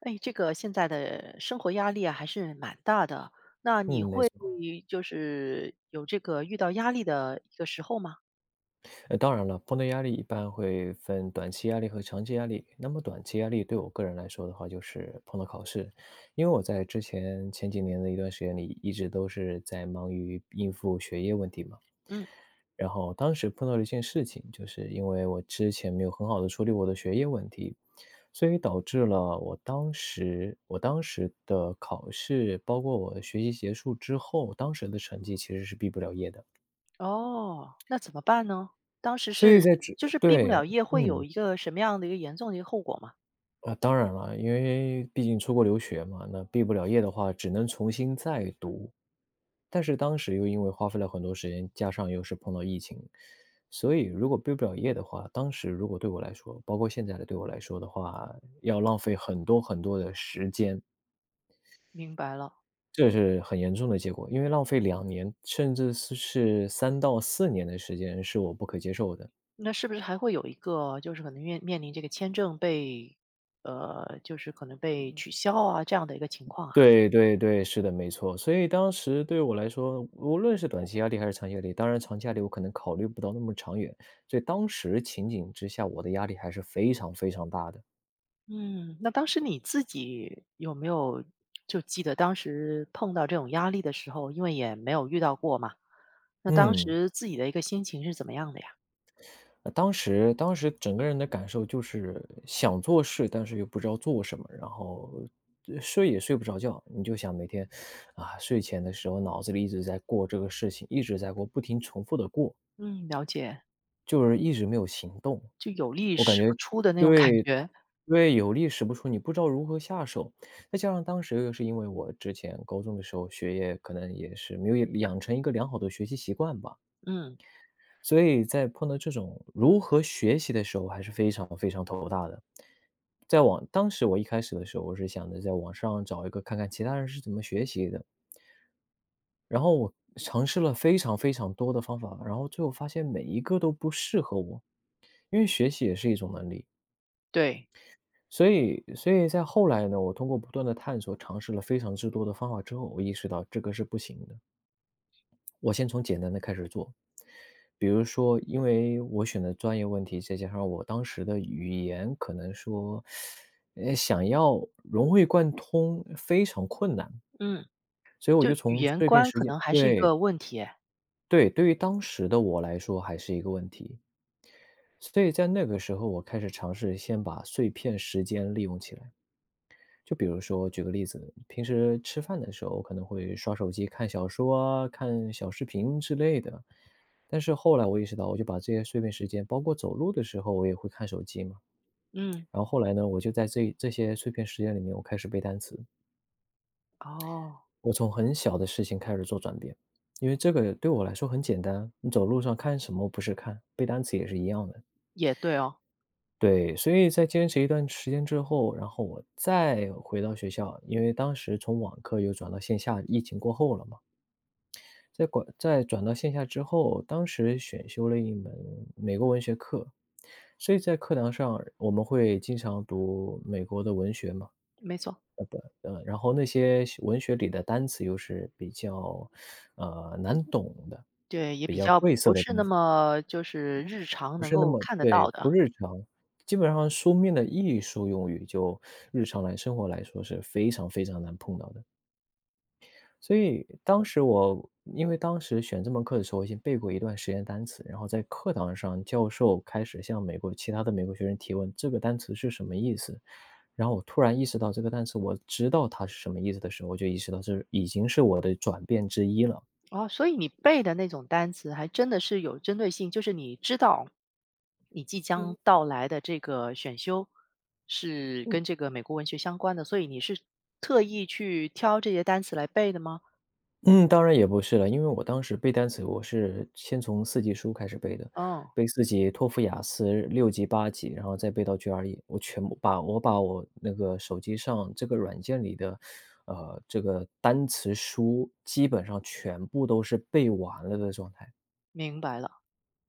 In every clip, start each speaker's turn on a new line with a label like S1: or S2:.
S1: 哎，这个现在的生活压力啊，还是蛮大的。那你
S2: 嗯，没
S1: 会
S2: 错。
S1: 就是有这个遇到压力的一个时候吗？
S2: 当然了，碰到压力一般会分短期压力和长期压力。那么短期压力对我个人来说的话，就是碰到考试，因为我在之前前几年的一段时间里，一直都是在忙于应付学业问题嘛。
S1: 嗯。
S2: 然后当时碰到了一件事情，就是因为我之前没有很好的处理我的学业问题，所以导致了我当时的考试，包括我学习结束之后，当时的成绩其实是毕不了业的。
S1: 哦，那怎么办呢？当时
S2: 所以
S1: 是
S2: 在这
S1: 就是毕不
S2: 对，
S1: 了业，会有
S2: 嗯。
S1: 一个什么样的一个严重的一个后果吗？
S2: 啊，当然了，因为毕竟出国留学嘛，那毕不了业的话，只能重新再读。但是当时又因为花费了很多时间，加上又是碰到疫情，所以如果毕不了业的话，当时如果对我来说，包括现在的对我来说的话，要浪费很多很多的时间，
S1: 明白了。
S2: 这是很严重的结果。因为浪费2年，甚至是3到4年的时间，是我不可接受的。
S1: 那是不是还会有一个就是可能面临这个签证就是可能被取消啊这样的一个情况啊？
S2: 对对对，是的，没错。所以当时对我来说，无论是短期压力还是长期压力，当然长期压力我可能考虑不到那么长远，所以当时情景之下，我的压力还是非常非常大的。
S1: 嗯，那当时你自己就记得当时碰到这种压力的时候，因为也没有遇到过嘛，那当
S2: 嗯，
S1: 时自己的一个心情是怎么样的呀？
S2: 当时整个人的感受就是想做事，但是又不知道做什么，然后睡也睡不着觉，你就想每天啊睡前的时候脑子里一直在过这个事情，一直在过，不停重复的过，
S1: 嗯，了解。
S2: 就是一直没有行动。
S1: 就有力
S2: 我感
S1: 使不
S2: 觉
S1: 出的那
S2: 因
S1: 种感
S2: 为
S1: 觉。
S2: 因为有力使不出，你不知道如何下手。再加上当时又是因为我之前高中的时候学业可能也是没有养成一个良好的学习习惯吧，
S1: 嗯。
S2: 所以在碰到这种如何学习的时候还是非常非常头大的。当时我一开始的时候，我是想着在网上找一个看看其他人是怎么学习的，然后我尝试了非常非常多的方法，然后最后发现每一个都不适合我，因为学习也是一种能力。
S1: 对。
S2: 所以在后来呢，我通过不断的探索，尝试了非常之多的方法之后，我意识到这个是不行的。我先从简单的开始做，比如说，因为我选的专业问题，再加上我当时的语言，可能说，想要融会贯通非常困难，
S1: 嗯，
S2: 所以我
S1: 就
S2: 就
S1: 语
S2: 从
S1: 言
S2: 碎片
S1: 关
S2: 时
S1: 可
S2: 间，
S1: 能还是一
S2: 对
S1: 个问题诶。
S2: 对，对于当时的我来说还是一个问题。所以在那个时候，我开始尝试先把碎片时间利用起来。就比如说举个例子，平时吃饭的时候可能会刷手机、看小说啊、看小视频之类的，但是后来我意识到，我就把这些碎片时间，包括走路的时候我也会看手机嘛，
S1: 嗯。
S2: 然后后来呢，我就在这些碎片时间里面，我开始背单词，
S1: 哦，
S2: 我从很小的事情开始做转变，因为这个对我来说很简单，你走路上看什么不是看，背单词也是一样的。
S1: 也对哦。
S2: 对，所以在坚持一段时间之后，然后我再回到学校，因为当时从网课又转到线下，疫情过后了嘛。在转到线下之后，当时选修了一门美国文学课，所以在课堂上我们会经常读美国的文学嘛，
S1: 没错。
S2: 然后那些文学里的单词又是比较，难懂的，
S1: 对，也
S2: 比
S1: 比
S2: 较
S1: 较
S2: 晦涩
S1: 不
S2: 的
S1: 是那
S2: 单词。
S1: 么就是日常
S2: 不
S1: 能
S2: 是那
S1: 够
S2: 么
S1: 看得
S2: 对，
S1: 到
S2: 不
S1: 的。
S2: 日常。基本上书面的艺术用语，就日常来生活来说是非常非常难碰到的。所以当时我因为当时选这门课的时候，我已经背过一段时间单词，然后在课堂上，教授开始向美国其他的美国学生提问，这个单词是什么意思？然后我突然意识到这个单词，我知道它是什么意思的时候，我就意识到这已经是我的转变之一了。
S1: 哦，所以你背的那种单词还真的是有针对性，就是你知道你即将
S2: 嗯。
S1: 到来的这个选修是跟这个美国文学相关的，所以你是特意去挑这些单词来背的吗？
S2: 嗯，当然也不是了，因为我当时背单词，我是先从四级书开始背的，
S1: 嗯，
S2: 背四级托福、雅思六级、八级，然后再背到 GRE,我全部把我那个手机上这个软件里的，这个单词书基本上全部都是背完了的状态。
S1: 明白了。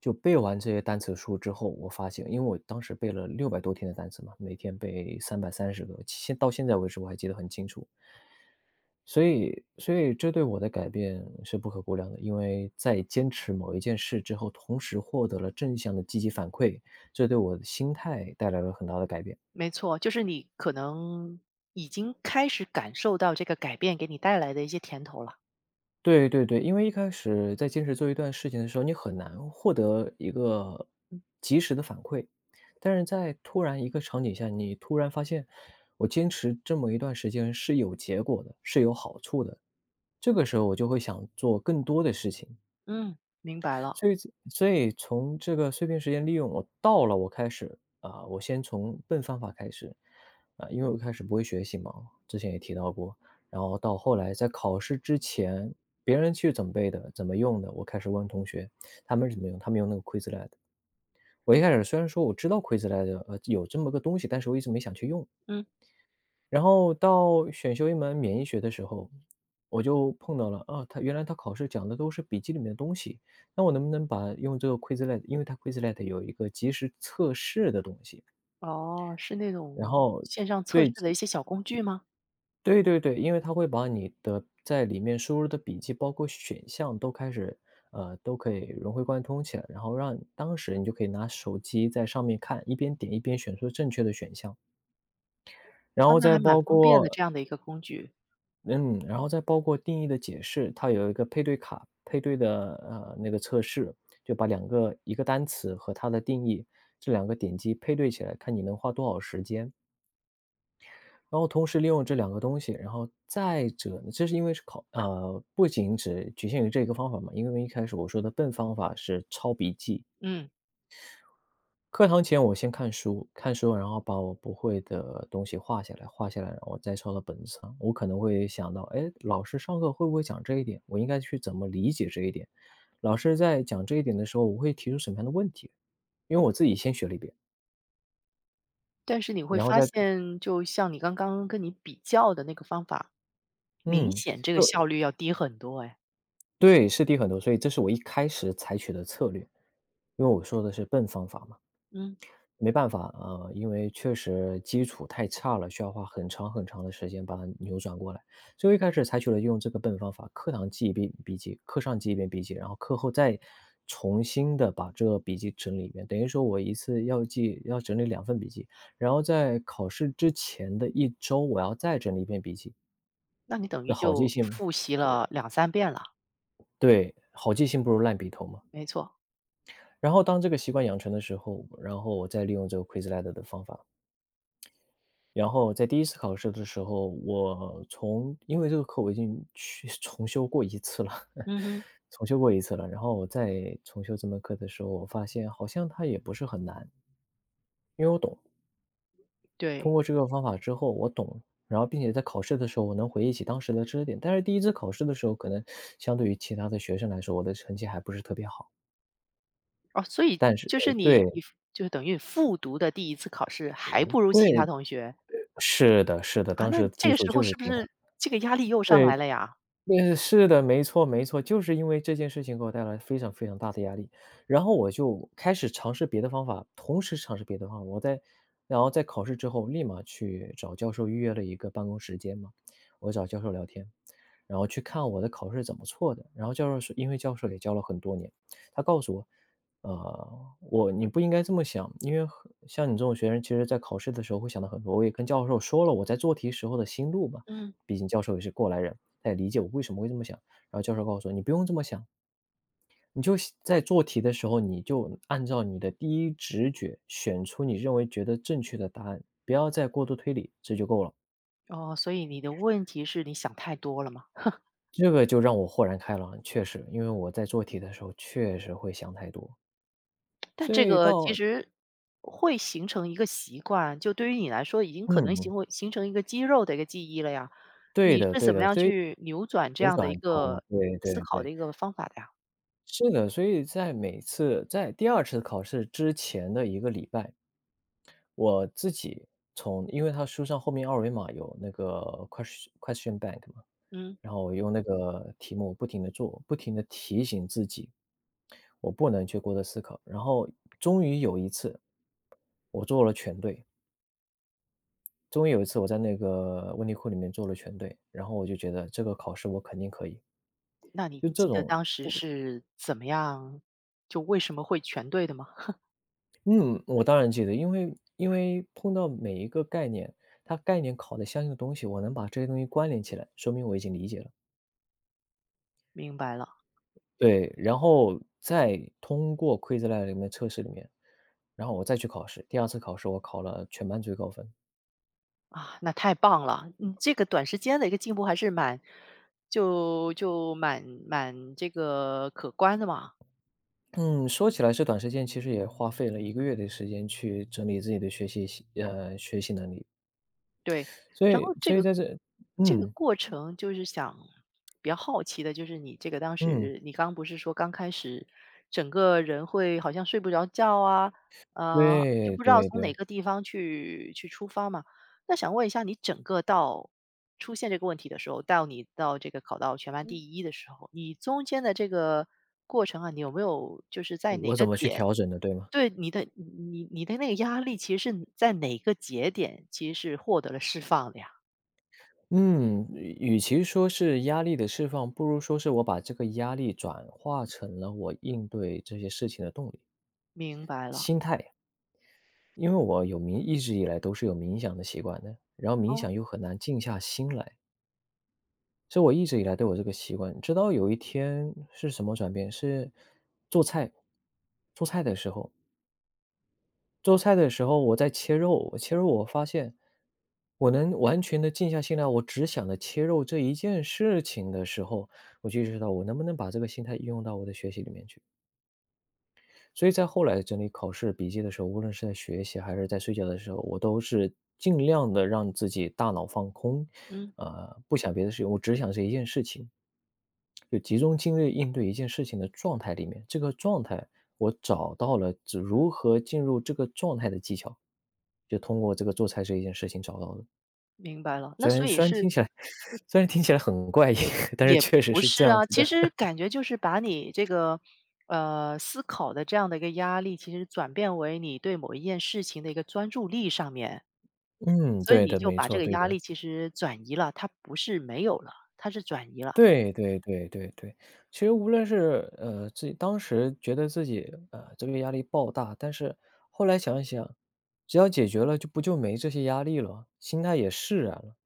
S2: 就背完这些单词书之后，我发现，因为我当时背了600多天的单词嘛，每天背330个，到现在为止我还记得很清楚。所以这对我的改变是不可估量的，因为在坚持某一件事之后，同时获得了正向的积极反馈，这对我的心态带来了很大的改变。
S1: 没错，就是你可能已经开始感受到这个改变给你带来的一些甜头了。
S2: 对对对，因为一开始在坚持做一段事情的时候，你很难获得一个及时的反馈，但是在突然一个场景下，你突然发现我坚持这么一段时间是有结果的，是有好处的，这个时候我就会想做更多的事情。
S1: 嗯，明白了。
S2: 所以所以从这个碎片时间利用，我到了我开始啊、我先从笨方法开始啊、因为我一开始不会学习嘛，之前也提到过，然后到后来在考试之前，别人去怎么背的，怎么用的，我开始问同学他们是怎么用，他们用那个 Quizlet。我一开始虽然说我知道 Quizlet 有这么个东西，但是我一直没想去用。
S1: 嗯。
S2: 然后到选修一门免疫学的时候，我就碰到了，啊，他原来他考试讲的都是笔记里面的东西，那我能不能把用这个 Quizlet 因为它 Quizlet 有一个即时测试的东西，
S1: 哦，是那
S2: 然
S1: 种
S2: 后
S1: 线上测试
S2: 对，
S1: 的一些小工具吗？
S2: 对对对，因为它会把你的在里面输入的笔记，包括选项都开始都可以融会贯通起来，然后让当时你就可以拿手机在上面看，一边点一边选出正确的选项。然
S1: 啊，
S2: 后
S1: 那
S2: 再
S1: 还蛮
S2: 包
S1: 方便的
S2: 括
S1: 这样的一个工具。
S2: 嗯，然后再包括定义的解释，它有一个配对的那个测试，就把一个单词和它的定义这两个点击配对起来，看你能花多少时间。然后同时利用这两个东西，然后再者呢，这是因为不仅只局限于这个方法嘛，因为一开始我说的笨方法是抄笔记，
S1: 嗯。
S2: 课堂前我先看书，看书然后把我不会的东西画下来，画下来然后再抄到本子上。我可能会想到，哎，老师上课会不会讲这一点？我应该去怎么理解这一点？老师在讲这一点的时候，我会提出什么样的问题？因为我自己先学了一遍，
S1: 但是你会
S2: 然后
S1: 发
S2: 再跟
S1: 现，就像你刚刚跟你比较的那个方法，明
S2: 嗯，
S1: 显这个
S2: 就
S1: 效率要低很多哎。
S2: 对，是低很多，所以这是我一开始采取的策略，因为我说的是笨方法嘛。
S1: 嗯，
S2: 没办法啊，因为确实基础太差了，需要花很长很长的时间把它扭转过来。所以我一开始采取了用这个笨方法，课堂记一遍笔记，课上记一遍笔记，然后课后再重新的把这个笔记整理一遍。等于说我一次要记要整理两份笔记，然后在考试之前的一周，我要再整理一遍笔记。
S1: 那你等于
S2: 那好记
S1: 就
S2: 性，
S1: 复习了两三遍了。
S2: 对，好记性不如烂笔头嘛。
S1: 没错。
S2: 然后当这个习惯养成的时候，然后我再利用这个 Quizlet 的方法，然后在第一次考试的时候，因为这个课我已经去 重修过一次了，
S1: 嗯哼。
S2: 重修过一次了。然后我在重修这门课的时候，我发现好像它也不是很难，因为我懂。通
S1: 对。
S2: 过这个方法之后，我懂了，然后并且在考试的时候，我能回忆起当时的知识点。但是第一次考试的时候，可能相对于其他的学生来说，我的成绩还不是特别好。
S1: 哦，所以
S2: 但是
S1: 就
S2: 呃
S1: 是你
S2: 对
S1: 你就是等于复读的第一次考试还不如其他
S2: 对，
S1: 同学。
S2: 是的是的，
S1: 啊，
S2: 当
S1: 那
S2: 时的
S1: 这
S2: 基
S1: 个
S2: 础
S1: 时候
S2: 就是
S1: 是不
S2: 这么大。
S1: 是这个压力又上
S2: 对
S1: 来了呀？
S2: 对，是的，没错没错，就是因为这件事情给我带来非常非常大的压力，然后我就开始尝试别的方法，同时尝试别的方法。然后在考试之后立马去找教授预约了一个办公时间嘛，我找教授聊天，然后去看我的考试怎么错的。然后教授说因为教授也教了很多年，他告诉我，你不应该这么想，因为很像你这种学生，其实在考试的时候会想到很多。我也跟教授说了我在做题时候的心路嘛，
S1: 嗯。
S2: 毕竟教授也是过来人。他也理解我为什么会这么想。然后教授告诉我：“你不用这么想，你就在做题的时候，你就按照你的第一直觉选出你认为觉得正确的答案，不要再过度推理，这就够了。”
S1: 哦，所以你的问题是你想太多了吗？
S2: 这个就让我豁然开朗，确实，因为我在做题的时候确实会想太多，
S1: 但
S2: 所
S1: 这
S2: 以
S1: 个其
S2: 到
S1: 实会形成一个习惯，就对于你来说已经可能
S2: 嗯，
S1: 形成一个肌肉的一个记忆了呀。
S2: 对
S1: 你
S2: 的
S1: 是
S2: 对
S1: 怎么
S2: 的，
S1: 样
S2: 所以
S1: 去扭转这
S2: 扭
S1: 样的一
S2: 转它，
S1: 个
S2: 对
S1: 思
S2: 对
S1: 考的
S2: 对，
S1: 一个方法的呀？
S2: 是的，所以在每次在第二次考试之前的一个礼拜，我自己从因为他书上后面二维码有那个 question bank 嘛，
S1: 嗯，
S2: 然后我用那个题目不停地做，不停地提醒自己，我不能去过多思考。然后终于有一次，我做了全对，终于有一次我在那个问题库里面做了全对，然后我就觉得这个考试我肯定可以。
S1: 那你
S2: 就这
S1: 记得
S2: 种
S1: 当时是怎么样，就为什么会全对的吗？
S2: 嗯，我当然记得，因为碰到每一个概念，它概念考的相应的东西，我能把这些东西关联起来，说明我已经理解了。
S1: 明白了。
S2: 对，然后再通过 Quizlet 里面的测试里面，然后我再去考试。第二次考试我考了全班最高分。
S1: 啊，那太棒了！嗯，这个短时间的一个进步还是蛮就就蛮蛮这个可观的嘛。
S2: 嗯，说起来是短时间，其实也花费了一个月的时间去整理自己的学习能力。
S1: 对，
S2: 所
S1: 然
S2: 以
S1: 后这
S2: 所以
S1: 个
S2: 在这嗯，
S1: 过程就是想比较好奇的，就是你这个当
S2: 嗯，
S1: 时你刚不是说刚开始整个人会好像睡不着觉啊，就
S2: 对
S1: 不知道
S2: 对
S1: 从哪
S2: 对，
S1: 个地方去出发嘛？那想问一下，你整个到出现这个问题的时候，到你到这个考到全班
S2: 嗯
S1: 第一的时候，你中间的这个过程啊，你有没有就是在哪
S2: 我
S1: 个
S2: 怎么去
S1: 点
S2: 调整的，对吗？
S1: 对，你的那个压力其实是在哪个节点，其实是获得了释放的呀？
S2: 嗯，与其说是压力的释放，不如说是我把这个压力转化成了我应对这些事情的动力，
S1: 明白了。
S2: 心态。因为我有冥一直以来都是有冥想的习惯的，然后冥
S1: 哦。
S2: 想又很难静下心来，所以我一直以来都有这个习惯。直到有一天是什么转变？是做菜，做菜的时候，做菜的时候我在切肉，我切肉我发现我能完全的静下心来，我只想着切肉这一件事情的时候，我就意识到我能不能把这个心态应用到我的学习里面去。所以在后来整理考试笔记的时候，无论是在学习还是在睡觉的时候，我都是尽量的让自己大脑放空，
S1: 嗯，
S2: 不想别的事情，我只想这一件事情。就集中精力应对一件事情的状态里面，这个状态我找到了只如何进入这个状态的技巧，就通过这个做菜这一件事情找到的。
S1: 明白了。那
S2: 虽
S1: 所
S2: 然
S1: 以
S2: 虽然
S1: 是
S2: 听起来
S1: 嗯
S2: 虽然听起来很怪异，但是确实
S1: 不
S2: 是这
S1: 是
S2: 样
S1: 啊，
S2: 子
S1: 其
S2: 的。
S1: 实感觉就是把你这个，思考的这样的一个压力，其实转变为你对某一件事情的一个专注力上面。
S2: 嗯，
S1: 所以
S2: 对
S1: 你
S2: 的，
S1: 就
S2: 没
S1: 把这
S2: 错，
S1: 个
S2: 对
S1: 压力
S2: 的。
S1: 其实转移了，它不是没有了，它是转移了。
S2: 对对对对对，其实无论是，自己当时觉得自己，这个压力爆大，但是后来想一想，只要解决了就不就没这些压力了，心态也释然了，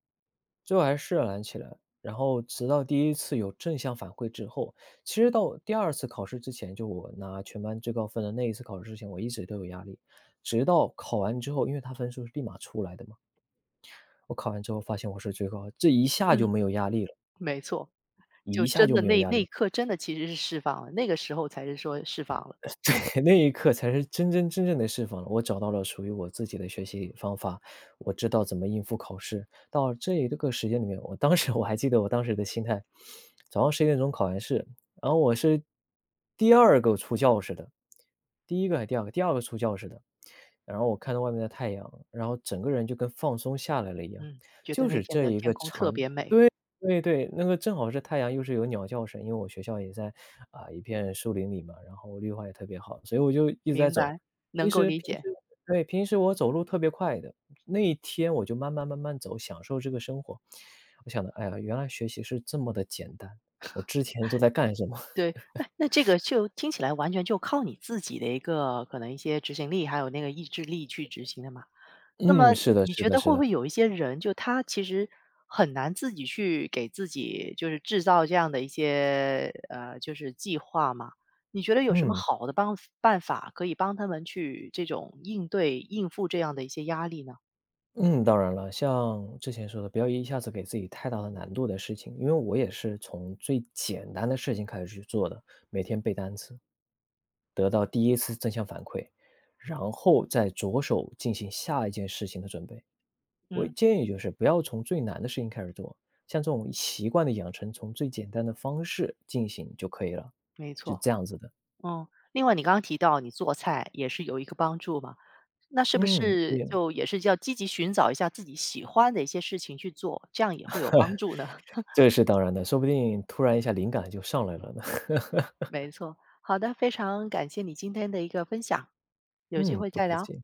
S2: 最后还释然起来。然后直到第一次有正向反馈之后，其实到第二次考试之前，就我拿全班最高分的那一次考试之前，我一直都有压力，直到考完之后，因为他分数是立马出来的嘛，我考完之后发现我是最高，这一下就
S1: 嗯，
S2: 没有压力了，
S1: 没错。就
S2: 一下
S1: 真
S2: 就
S1: 的
S2: 没有
S1: 那
S2: 压力
S1: 那一
S2: 了。
S1: 刻真的其实是释放了，那个时候才是说释放了。
S2: 那一刻才是真真正的释放了。我找到了属于我自己的学习方法，我知道怎么应付考试。到这一个时间里面，我当时 我还记得我当时的心态，早上11点钟考完试，然后我是第二个出教室的，第一个还是第二个？第二个出教室的。然后我看到外面的太阳，然后整个人就跟放松下来了一样。
S1: 嗯，觉得
S2: 就
S1: 那
S2: 是
S1: 天
S2: 这
S1: 的
S2: 一
S1: 天
S2: 个
S1: 空特
S2: 长
S1: 别美。
S2: 对对，那个正好是太阳，又是有鸟叫声，因为我学校也在啊、一片树林里嘛，然后绿化也特别好，所以我就一直在
S1: 明
S2: 走。
S1: 白，
S2: 平
S1: 能够
S2: 时
S1: 理
S2: 平
S1: 解。
S2: 时对平时我走路特别快的，那一天我就慢慢走，享受这个生活。我想的，哎呀，原来学习是这么的简单，我之前都在干什么？
S1: 对，那这个就听起来完全就靠你自己的一个可能一些执行力，还有那个意志力去执行的嘛。那
S2: 嗯，
S1: 么
S2: 是的，
S1: 你
S2: 是
S1: 觉
S2: 的，
S1: 得
S2: 是
S1: 会不
S2: 的，
S1: 会有一些人，就他其实很难自己去给自己就是制造这样的一些就是计划嘛？你觉得有什么
S2: 嗯。
S1: 好的办法可以帮他们去这种应付这样的一些压力呢？
S2: 嗯，当然了，像之前说的，不要一下子给自己太大的难度的事情，因为我也是从最简单的事情开始去做的，每天背单词，得到第一次正向反馈，然后再着手进行下一件事情的准备。我
S1: 嗯，
S2: 建议就是不要从最难的事情开始做，像这种习惯的养成，从最简单的方式进行就可以了，
S1: 没
S2: 是
S1: 错。
S2: 这样子的。
S1: 嗯。另外，你刚刚提到你做菜也是有一个帮助嘛，那是不
S2: 嗯，
S1: 是
S2: 也
S1: 就也是要积极寻找一下自己喜欢的一些事情去做，这样也会有帮助呢？
S2: 这是当然的，说不定突然一下灵感就上来了呢。
S1: 没错，好的，非常感谢你今天的一个分享，有机
S2: 嗯，
S1: 会
S2: 不
S1: 再
S2: 客
S1: 聊。
S2: 气。